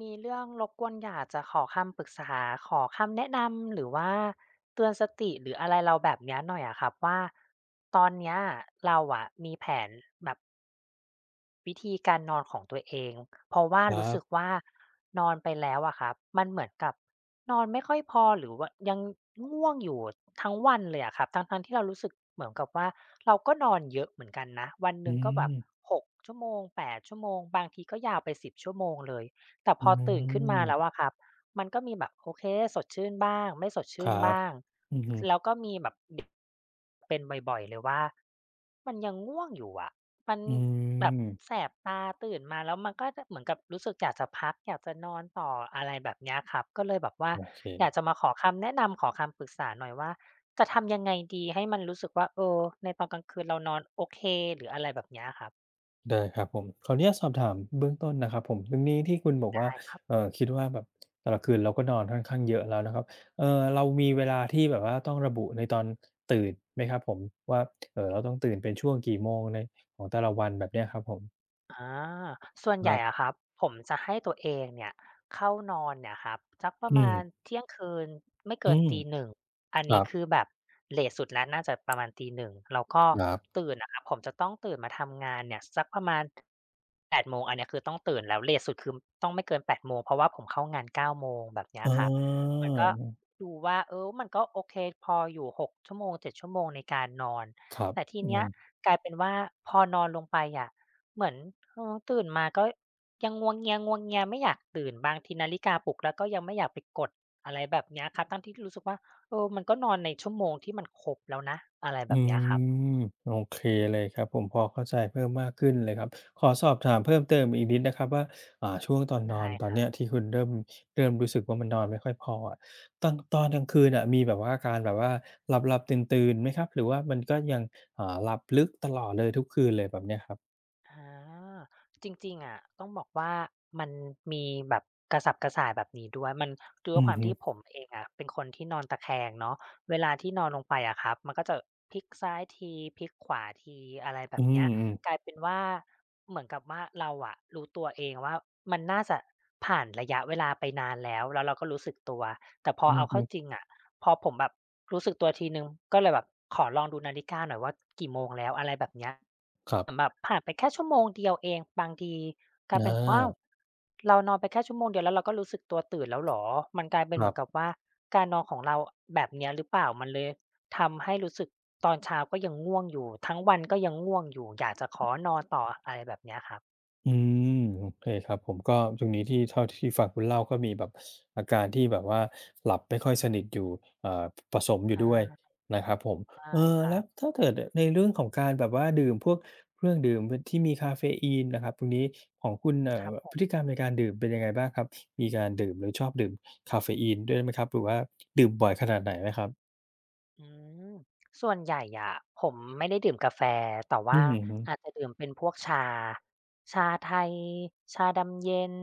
มีเรื่องรบกวนอยากจะขอคำปรึกษาขอคำแนะนำหรือว่าเตือนสติหรืออะไรเราแบบเนี้ยหน่อยอะครับว่าตอนเนี้ยเราอะมีแผนแบบ วิธีการนอนของตัวเองเพราะว่าครัรู้สึกบ ว่านอนไปแล้วอะครับมันเหมือนกับนอนไม่ค่อยพอหรือว่ายังง่วงอยู่ทั้งวันเลยอะครับทั้งๆที่เรารู้สึกเหมือนกับว่าเราก็นอนเยอะเหมือนกันนะวันหอืนึ่งก็แบบมหกชั่วโมงแปดชั่วโมงบางทีก็ยาวไปสิบชั่วโมงเลยแต่พอือตื่นขึ้นมาแล้วมอะครับมันก็มีแบบโอเคสดชื่นบ้างไม่สดคชื่นรับบ้างอือฮึแล้วก็มีแบบเป็นบ่อยๆเลยว่ามันยังง่วงอยู่อะ มันอืแบบมแสบตาตื่นมาแล้วมันก็จะเหมือนกับรู้สึกอยากจะพักอยากจะนอนต่ออะไรแบบเนี้ยครับก็เลยแบบว่าโอเคอยากจะมาขอคำแนะนำขอคำปรึกษาหน่อยว่าจะทำยังไงดีให้มันรู้สึกว่าเออในตอนกลางคืนเรานอนโอเคหรืออะไรแบบเนี้ยครับได้ครับผมขออนุญาตสอบถามเบื้องต้นนะครับผมตรงนี้ที่คุณบอกว่าได้ครับ คิดว่าแบบแต่ละคืนเราก็นอนค่อนข้างเยอะแล้วนะครับเอ่อเรามีเวลาที่แบบว่าต้องระบุในตอนตื่นไหมครับผม ว่าเราต้องตื่นเป็นช่วงกี่โมงในของแต่ละวันแบบเนี้ยครับผมอาส่วนคใหรัญ่อะบครับผมจะให้ตัวเองเนี่ยเข้านอนเนี่ยครับสักประอืมามณเที่ยงคืนไม่อืเกินมตีหน1่งอันคนี้รับคือแบบเลทสุดแล้วน่าจะประมาณ01:00แล้วก็ครับตื่นนะครับผมจะต้องตื่นมาทำงานเนี่ยสักประมาณแปดโมงอันเนี้ยคือต้องตื่นแล้วเลทสุดคือต้องไม่เกินแปดโมงเพราะว่าผมเข้างานเก้าโมงแบบเนี้เยครับออมันก็ดูว่าเออมันก็โอเคพออยู่หกชั่วโมงเจ็ดชั่วโมงในการนอนครับแต่ทีอืเนี้ยม กลายเป็นว่าพอนอนลงไปอะ เหมือนเออตื่นมาก็ยังงัวเงียๆไม่อยากตื่นบางทีนาฬิกาปลุกแล้วก็ยังไม่อยากไปกดอะไรแบบเนี้ยครับทั้งที่รู้สึกว่าเออมันก็นอนในชั่วโมงที่มันครบแล้วนะอะไรแบอืบเนี้ยครับมโอเคเลยครับผมพอเข้าใจเพิ่มมากขึ้นเลยครับขอสอบถามเพิ่มเติมอีกนิดนะครับว่าช่วงตอนนอได้นตอคนรัเนี้บยที่คุณเริ่มรู้สึกว่ามันนอนไม่ค่อยพออะตอนกลางคืนอ่ะมีแบบว่าการแบบว่าหลับๆตื่นๆไหมครับหรือว่ามันก็ยังหลับลึกตลอดเลยทุกคืนเลยแบบเนี้ยครับอาจริงๆอะต้องบอกว่ามันมีแบบกระสับกระส่ายแบบนี้ด้วยมันด้วอืยคอวามฮึที่ผมเองอะเป็นคนที่นอนตะแคงเนาะเวลาที่นอนลงไปอะครับมันก็จะพลิกซ้ายทีพลิกขวาทีอะไรแบอืบเนี้ย มกลายๆเป็นว่าเหมือนกับว่าเราอะรู้ตัวเองว่ามันน่าจะผ่านระยะเวลาไปนานแล้วแล้วเราก็รู้สึกตัวแต่พออือเอาฮึเข้าจริงอะพอผมแบบรู้สึกตัวทีหนึ่งก็เลยแบบขอลองดูนาฬิกาหน่อยว่ากี่โมงแล้วอะไรแบบเนี้ยครับเหมือนแบบผ่านไปแค่ชั่วโมงเดียวเองบางทีกอลายเป็นว้าวาเรานอนไปแค่ชั่วโมงเดียวแล้วเราก็รู้สึกตัวตื่นแล้วเหรอมันกลายเป็คนเหรัมืบ อนกับว่าการนอนของเราแบบเนี้ยหรือเปล่ามันเลย ทำให้รู้สึกตอนเช้าก็ยังง่วงอยู่ทั้งวันก็ยังง่วงอยู่อยากจะขอนอนต่ออะไรแบบเนี้ยครับอืมโอเคครับผมก็ตรงนี้ที่เท่าที่ฟังคุณเล่าก็มีแบบอาการที่แบบว่าหลับไม่ค่อยสนิทอยู่เอ่อผสมอยู่ด้วยอานะครับผมใช่เออครัแล้วบถ้าเกิดอในเรื่องของการแบบว่าดื่มพวกเครื่องดื่มบที่มีกาเฟอีนนะครับตรงนี้ของคุณครับผพฤติม กรรมในการดื่มเป็นยังไงบ้างครับมีการดื่มหรือชอบดื่มกาเฟอีนด้วยไหมครับหรือว่าดื่มบ่อยขนาดไหนไหมครับอืมส่วนใหญ่อะผมไม่ได้ดื่มกาแฟแต่อืว่าอฮึอาจจะดื่มเป็นพวกชาชาไทยชาดำเย็น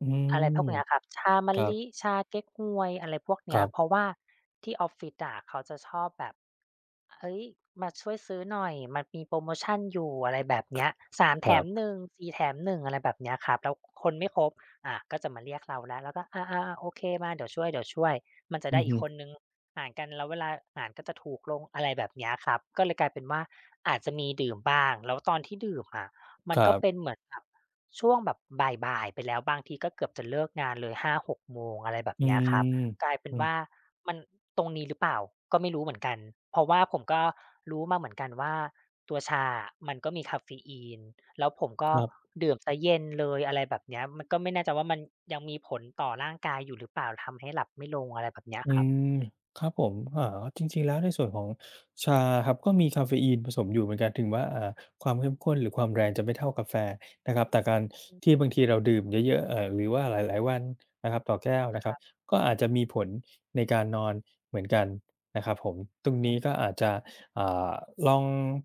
อือะไรพมวกเนี้ยครับชามะครับลิชาเก๊กฮวยอะไรพวกครเนี้ยเพราะว่าที่ออฟฟิศอะเขาจะชอบแบบเฮ้ยมาช่วยซื้อหน่อยมันมีโพรโมชันอยู่อะไรแบบเนี้ย3แถับมๆ1 4แถมหนึ่งอะไรแบบเนี้ยครับแล้วคนไม่ครบอ่าก็จะมาเรียกเราแล้วแล้วก็อาๆๆโอเคมาเดี๋ยวช่วยๆมันจะอืได้ออีฮึกคนหนึ่ง หารกันแล้วเวลาอาหารก็จะถูกลงอะไรแบบเนี้ยครับก็เลยกลายเป็นว่าอาจจะมีดื่มบ้างแล้วตอนที่ดื่มอะมัคนรัก็เป็นบเหมือนแบบช่วงแบบบ่ายๆไปแล้วบางทีก็เกือบจะเลิกงานเลยหาหกโมงอะไรแบบอืเนี้ยครับมกลายเป็นอืมว่ามันตรงนี้หรือเปล่าก็ไม่รู้เหมือนกันเพราะว่าผมก็รู้มาเหมือนกันว่าตัวชาอะมันก็มีกาเฟอีนแล้วผมคก็รับ ดื่มเสียเย็นเลยอะไรแบบเนี้ยมันก็ไม่แน่ใจว่ามันยังมีผลต่อร่างกายอยู่หรือเปล่าทำให้หลับไม่ลงอะไรแบบเนี้ยอืครับ มครับผมจริงๆแล้วในส่วนของชาครับก็มีกาเฟอีนผสมอยู่เหมือนกันถึงว่าความเข้มข้นหรือความแรงจะไม่เท่ากาแฟนะครับแต่การที่บางทีเราดื่มเยอะๆหรือว่าหลายๆวันนะครับต่อแก้วนะคครับรับก็อาจจะมีผลในการนอนเหมือนกันนะครับผมตรงอืนี้ก็มอาจจะอ่าลอง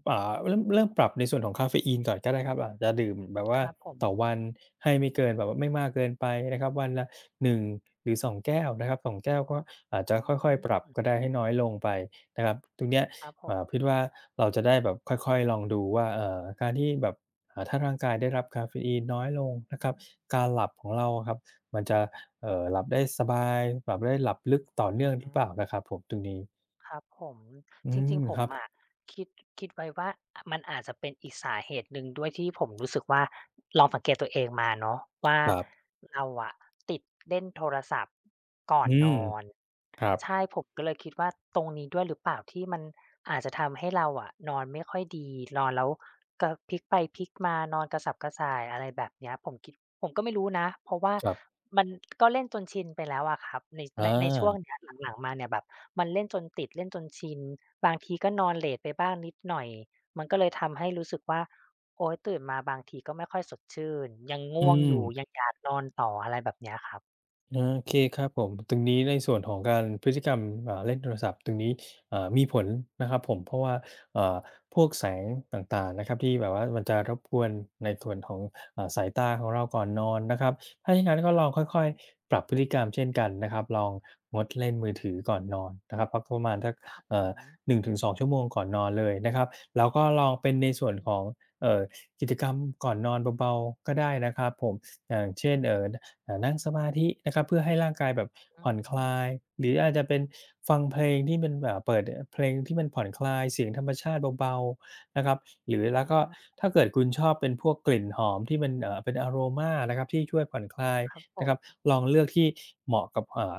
เริ่มปรับในส่วนของกาเฟอีนก่อนก็ได้ครับอาจจะดื่มแบบคว่ารับผมต่อวันให้ไม่เกินแบบว่าไม่มากเกินไปนะครับวันละ 1หรือ2แก้วนะครับสองแก้วก็อาจจะอืค่อยๆปรับมก็ได้ให้น้อยลงไปนะครับตรงเนี้ยครับผมคิดว่าเราจะได้แบบค่อยๆลองดูว่าการที่แบบถ้าร่างกายได้รับกาเฟอีนน้อยลงนะครับการหลับของเราอะครับมันจะหลับได้สบายหลับได้หลับลึกต่อเนื่องหรือา อเปล่านะครับผมตรงนี้ครับผมอืจมริงๆผคมรับอะคิดคิดไว้ว่ามันอาจจะเป็นอีกสาเหตุหนึ่งด้วยที่ผมรู้สึกว่าลองสังเกตตัวเองมาเนาะว่าครับเราอะติดเล่นโทรศัพท์ก่อนอืนมอนครับใช่ผมก็เลยคิดว่าตรงนี้ด้วยหรือเปล่าที่มันอาจจะทำให้เราอะนอนไม่ค่อยดีนอนแล้วกระพลิกไปพลิกมานอนกระสับกระส่ายอะไรแบบเนี้ยผมคิดผมก็ไม่รู้นะเพราะว่าครับมันก็เล่นจนชินไปแล้วอะครับในในอาในช่วงเนี้ยหลังๆมาเนี่ยแบบ มันเล่นจนติดเล่นจนชินบางทีก็นอนเลตไปบ้างนิดหน่อยมันก็เลยทำให้รู้สึกว่าโอ๊ยตื่นมาบางทีก็ไม่ค่อยสดชื่นยังอืง่วงอยู่ม ยังอยากนอนต่ออะไรแบบเนี้ยครับอาโอเคครับผมตรงนี้ในส่วนของการพฤติกรรมเล่นโทรศัพท์ตรงนี้มีผลนะครับผมเพราะว่าอ่าพวกแสงต่างๆนะครับที่แบบว่ามันจะรบกวนในส่วนของสายตาของเราก่อนนอนนะครับถ้าอย่างงั้นก็ลอาองค่อยๆปรับพฤติกรรมเช่นกันนะครับลองงดเล่นมือถือก่อนนอนนะครับพักประมาณสักครับผเอ่อม1ชั่วโมงก่อนนอนเลยนะครับแล้วก็ลองเป็นในส่วนอืขมองเอ่อกิจกรรมก่อนนอนเบาๆก็ได้นะครับผมอย่างเช่นนั่งสมาธินะครับเพื่อให้ร่างกายแบบผ่อนคลายหรืออาจจะเป็นฟังเพลงที่มันเปิดเพลงที่มันผ่อนคลายเสียงธรรมชาติเบาๆนะครับหรือแล้วก็อาถ้าเกิดคุณชอบเป็นพวกกลิ่นหอมที่มันเป็น aroma นะครับที่ช่วยผ่อนคลายครับผนะคมรับลองเลือกที่เหมาะกับ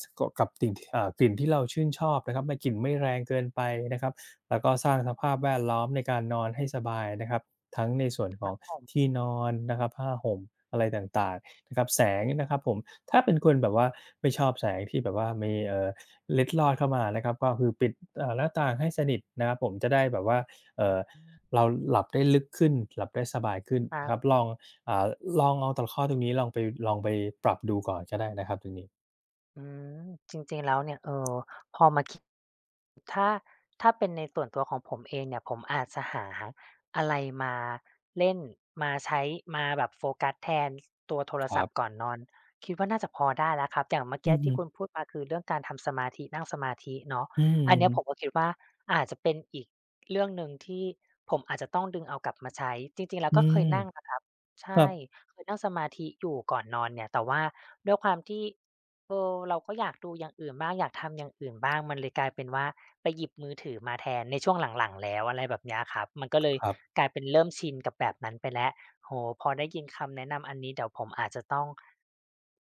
สกกับติ่งกลิ่นที่เราชื่นชอบนะครับไม่กลิ่นไม่แรงเกินไปนะครับแล้วก็สร้างสอืภาอพแวดล้อมในการนอนให้สบายนะครับ ทั้งในส่วนขผองมที่นอนนะครับผ้าห่มอะไรต่างๆนะครับแสงนะครับผมถ้าเป็นคนแบบว่าไม่ชอบแสงที่แบบว่ามีเล็ดลอดเข้ามานะครับก็คือปิดหน้าต่างให้สนิทนะครับผมจะได้แบบว่าเอ่อเราหลับได้ลึกขึ้นหลับได้สบายขึ้นครันะครับบลองอ่าลองเอาตะข้อตรงนี้ลองไปลองไปปรับดูก่อนก็ได้นะครับตรงนี้อืมจริงๆแล้วเนี่ยเออพอมัน ถ้าถ้าเป็นในส่วนตัวของผมเองเนี่ยผมอาจจะหาอะไรมาเล่นมาใช้มาแบบโฟกัสแทนตัวโทรคศัรัพท์บก่อนนอนคิดว่าน่าจะพอได้แล้วครับอย่างเมื่ออืกี้อฮึที่คุณพูดมาคือเรื่องการทำสมาธินั่งสมาธิเนาะอือันเนี้ยผมมก็คิดว่าอาจจะเป็นอีกเรื่องหนึ่งที่ผมอาจจะต้องดึงเอากลับมาใช้จริงๆแล้วอืก็เคมยนั่งนะครับคใช่รับเคยนั่งสมาธิอยู่ก่อนนอนเนี่ยแต่ว่าด้วยความที่ เออเราก็อยากดูอย่างอื่นบ้างอยากทำอย่างอื่นบ้างมันเลยกลายเป็นว่าไปหยิบมือถือมาแทนในช่วงหลังๆแล้วอะไรแบบเนี้ยครับมันก็เลยครับกลายเป็นเริ่มชินกับแบบนั้นไปแล้วโอ้โฮพอได้ยินคำแนะนำอันนี้เดี๋ยวผมอาจจะต้อง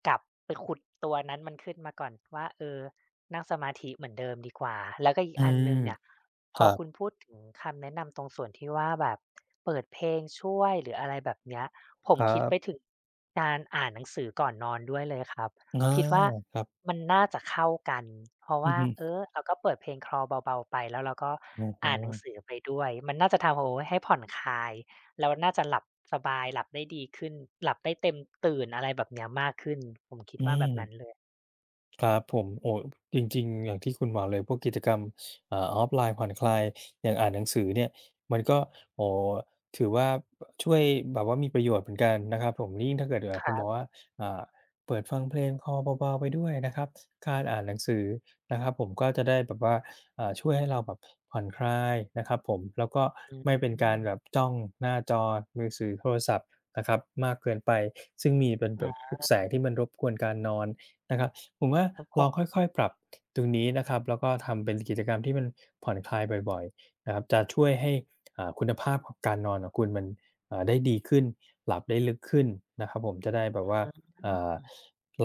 กลับไปขุดตัวนั้นมันขึ้นมาก่อนว่าเออนั่งสมาธิเหมือนเดิมดีกว่าแล้วก็อีกอือันมหนึ่งเนี่ยคพอรัคุณบพูดถึงคำแนะนำตรงส่วนที่ว่าแบบเปิดเพลงช่วยหรืออะไรแบบเนี้ยผมครัคิดบไปถึงการอ่านหนังสือก่อนนอนด้วยเลยครับ อาคิดว่าครับมันน่าจะเข้ากันเพราะอือว่าฮึเออเราก็เปิดเพลง Crawl เบาๆไปแล้วเราก็โอ้โฮ อ่านหนังสือไปด้วยมันน่าจะทำโอ้โฮให้ผ่อนคลายแล้วน่าจะหลับสบายหลับได้ดีขึ้นหลับได้เต็มตื่นอะไรแบบเนี้ยมากขึ้นผมคิดอืว่าม แบบนั้นเลยครับผมโอ้จริงๆอย่างที่คุณบอกเลยพวกกิจกรรมออฟไลน์ผ่อนคลายอย่างอ่านหนังสือเนี่ยมันก็โอ้โฮถือว่าช่วยแบบว่ามีประโยชน์เหมือนกันนะครับผมยิ่งถ้าเกิดคคุรัณบอกว่าบอ่าเปิดฟังเพลงคลอเบาๆไปด้วยนะครับการอ่านหนังสือนะครับผมก็จะได้แบบว่าช่วยให้เราแบบผ่อนคลายนะครับผมแล้วก็อืไม่เป็นการแบบมจ้องหน้าจอมือถือโทรศัพท์นะครับมากเกินไปซึ่งมีเป็นแบบอาพวกแสงที่มันรบกวนการนอนนะครับ ผมว่าครับผลองค่มอยๆปรับตรงนี้นะครับแล้วก็ทำเป็นกิจกรรมที่มันผ่อนคลายบ่อยๆนะครับจะช่วยให้คุณภาพของการนอนของคุณมันได้ดีขึ้นหลับได้ลึกขึ้นนะครับผมจะได้แบบว่าอ่า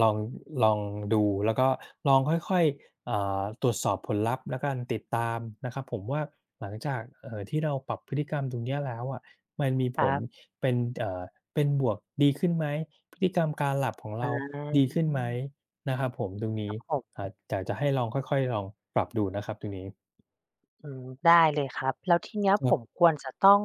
ลองลองดูแล้วก็ลองค่อยๆตรวจสอบผลลัพธ์และการติดตามนะครับผมว่าหลังจากที่เราปรับพฤติกรรมตรงเนี้ยแล้วอะมันมีคผรัลบเป็นเป็นบวกดีขึ้นไหมพฤติกรรมการหลับของเราอาดีขึ้นไหม นะครับผมตรงผนี้ม อ่าอยากจะให้ลองค่อยๆ ลองปรับดูนะครับตรงนี้อืมได้เลยครับแล้วทีเนี้ยคผรัมบควรจะต้อง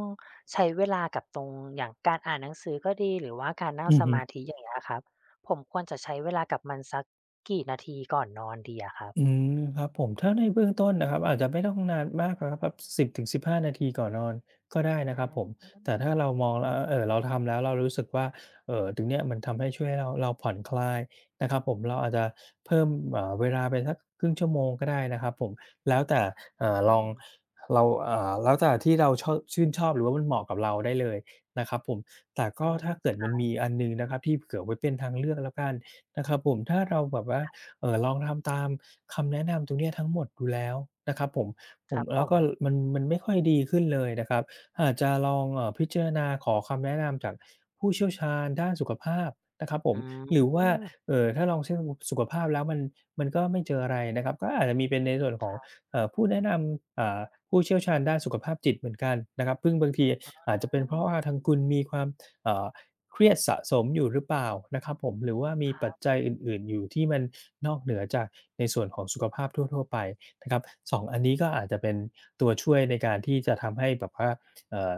ใช้เวลากับตรงอย่างการอ่านหนังสือก็ดีหรือว่าการนั่งอือสฮึ มาธิอย่างเงี้ยครับผมควรจะใช้เวลากับมันสักกี่นาทีก่อนนอนดีอะครับอืมครับผมถ้าในเบื้องต้นนะครับอาจจะไม่ต้องนานมากหรอะครับแบบ1 0 1นาทีก่อนนอนก็ได้นะครับผอามแต่ถ้าเรามองแล้วเราทำแล้วเรารู้สึกว่าตรงเนี้ยมันทำให้ช่วยให้เราผ่อนคลายนะครับผมเราอาจจะเพิ่มเวลาไปสักครึ่งชั่วโมงก็ได้นะครับผมแล้วแต่ลอืองมเราแล้วแต่ที่เราชอบชื่นชอบหรือว่ามันเหมาะกับเราได้เลยนะครับผมแต่อืก็ถ้ามเกิดมันมีอันหนึ่งนะครับที่เผื่อไว้เป็นทางเลือกแล้วกันนะครับผมถ้าเราแบบว่า ลองทำตามคำแนะนำตรงเนี้ยทั้งหมดดูแล้วนะครับผมผคมรับผแล้วมก็มันไม่ค่อยดีขึ้นเลยนะครับอาจจะลองพิจารณาขอคำแนะนำจากผู้เชี่ยวชาญด้านสุขภาพนะครับผมอืหรือว่ามถ้าลองเช็กสุขภาพแล้วมันก็ไม่เจออะไรนะครับก็อาจจะมีเป็นในส่วนขคองรับผู้แนะนำผู้เชี่ยวชาญด้านสุขภาพจิตเหมือนกันนะครับซึ่งบางทีอาจจะเป็นเพราะว่าทางคุณมีความเอ่อ เครียดสะสมอยู่หรือเปล่านะครับผมหรือว่ามีครัปัจบจัยอื่นๆอยู่ที่มันนอกเหนือจากในส่วนของสุขภาพทั่วๆไปนะครับ2องอันนี้ก็อาจจะเป็นตัวช่วยในการที่จะทำให้แบบว่าเอ่อ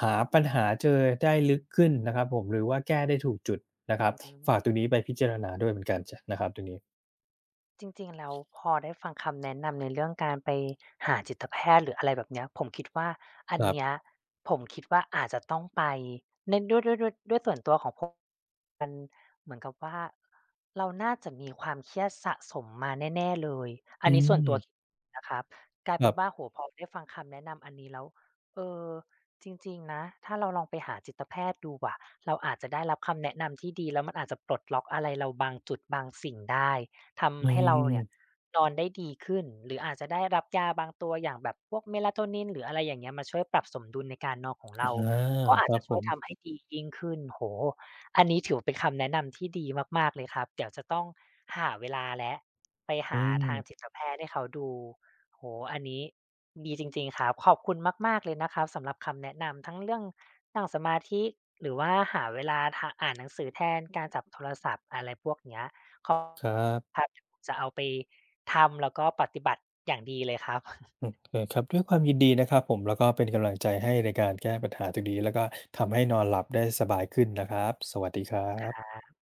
หาปัญหาเจอได้ลึกขึ้นนะครับผมหรือว่าแก้ได้ถูกจุดนะคอืรับฝากตรงมนี้ไปพิจารณาด้วยเหมือนกันจะนะครับตรงนี้จริงๆแล้วพอได้ฟังคำแนะนำในเรื่องการไปหาจิตแพทย์หรืออะไรแบบเนี้ยผมคิดว่าอัคนรัเนี้ยบผมคิดว่าอาจจะต้องไป เหมือนกับว่าเราน่าจะมีความเครียดสะสมมาแน่ๆเลยอัอืนนี้ส่วนตัวคิดมนะครับกลายคเป็รันบว่าโอ้โฮพอได้ฟังคำแนะนำอันนี้แล้วเออจริงๆนะถ้าเราลองไปหาจิตแพทย์ดูอะเราอาจจะได้รับคำแนะนำที่ดีแล้วมันอาจจะปลดล็อกอะไรเราบางจุดบางสิ่งได้อืทำให้เรามเนี่ยนอนได้ดีขึ้นหรืออาจจะได้รับยาบางตัวอย่างแบบพวก Melatonin หรืออะไรอย่างเงี้ยมาช่วยปรับสมดุลในการนอนของอาเราก็คอาจรับจะผช่วยมทำให้ดียิ่งขึ้นโอ้โฮ อันนี้ถือว่าเป็นคำแนะนำที่ดีมากๆเลยครับ เดี๋ยวจะต้องหาเวลาแล้วไปอืหาทางจิมตแพทย์ให้เขาดูโอ้โฮอันนี้ดีจริงๆครับขอบคุณมากๆเลยนะครับสำหรับคำแนะนำทั้งเรื่องนั่งสมาธิหรือว่าหาเวลาทอ่านหนังสือแทนการจับโทรศัพท์อะไรพวกเนี้ยขอบครับ ครับเดี๋ยวผมจะเอาไปทำแล้วก็ปฏิบัติอย่างดีเลยครับโอเคครับด้วยความยินดีนะครับผมแล้วก็เป็นกำลังใจให้ในการแก้ปัญหาตรงนี้แล้วก็ทำให้นอนหลับได้สบายขึ้นนะครับสวัสดีครัครับบ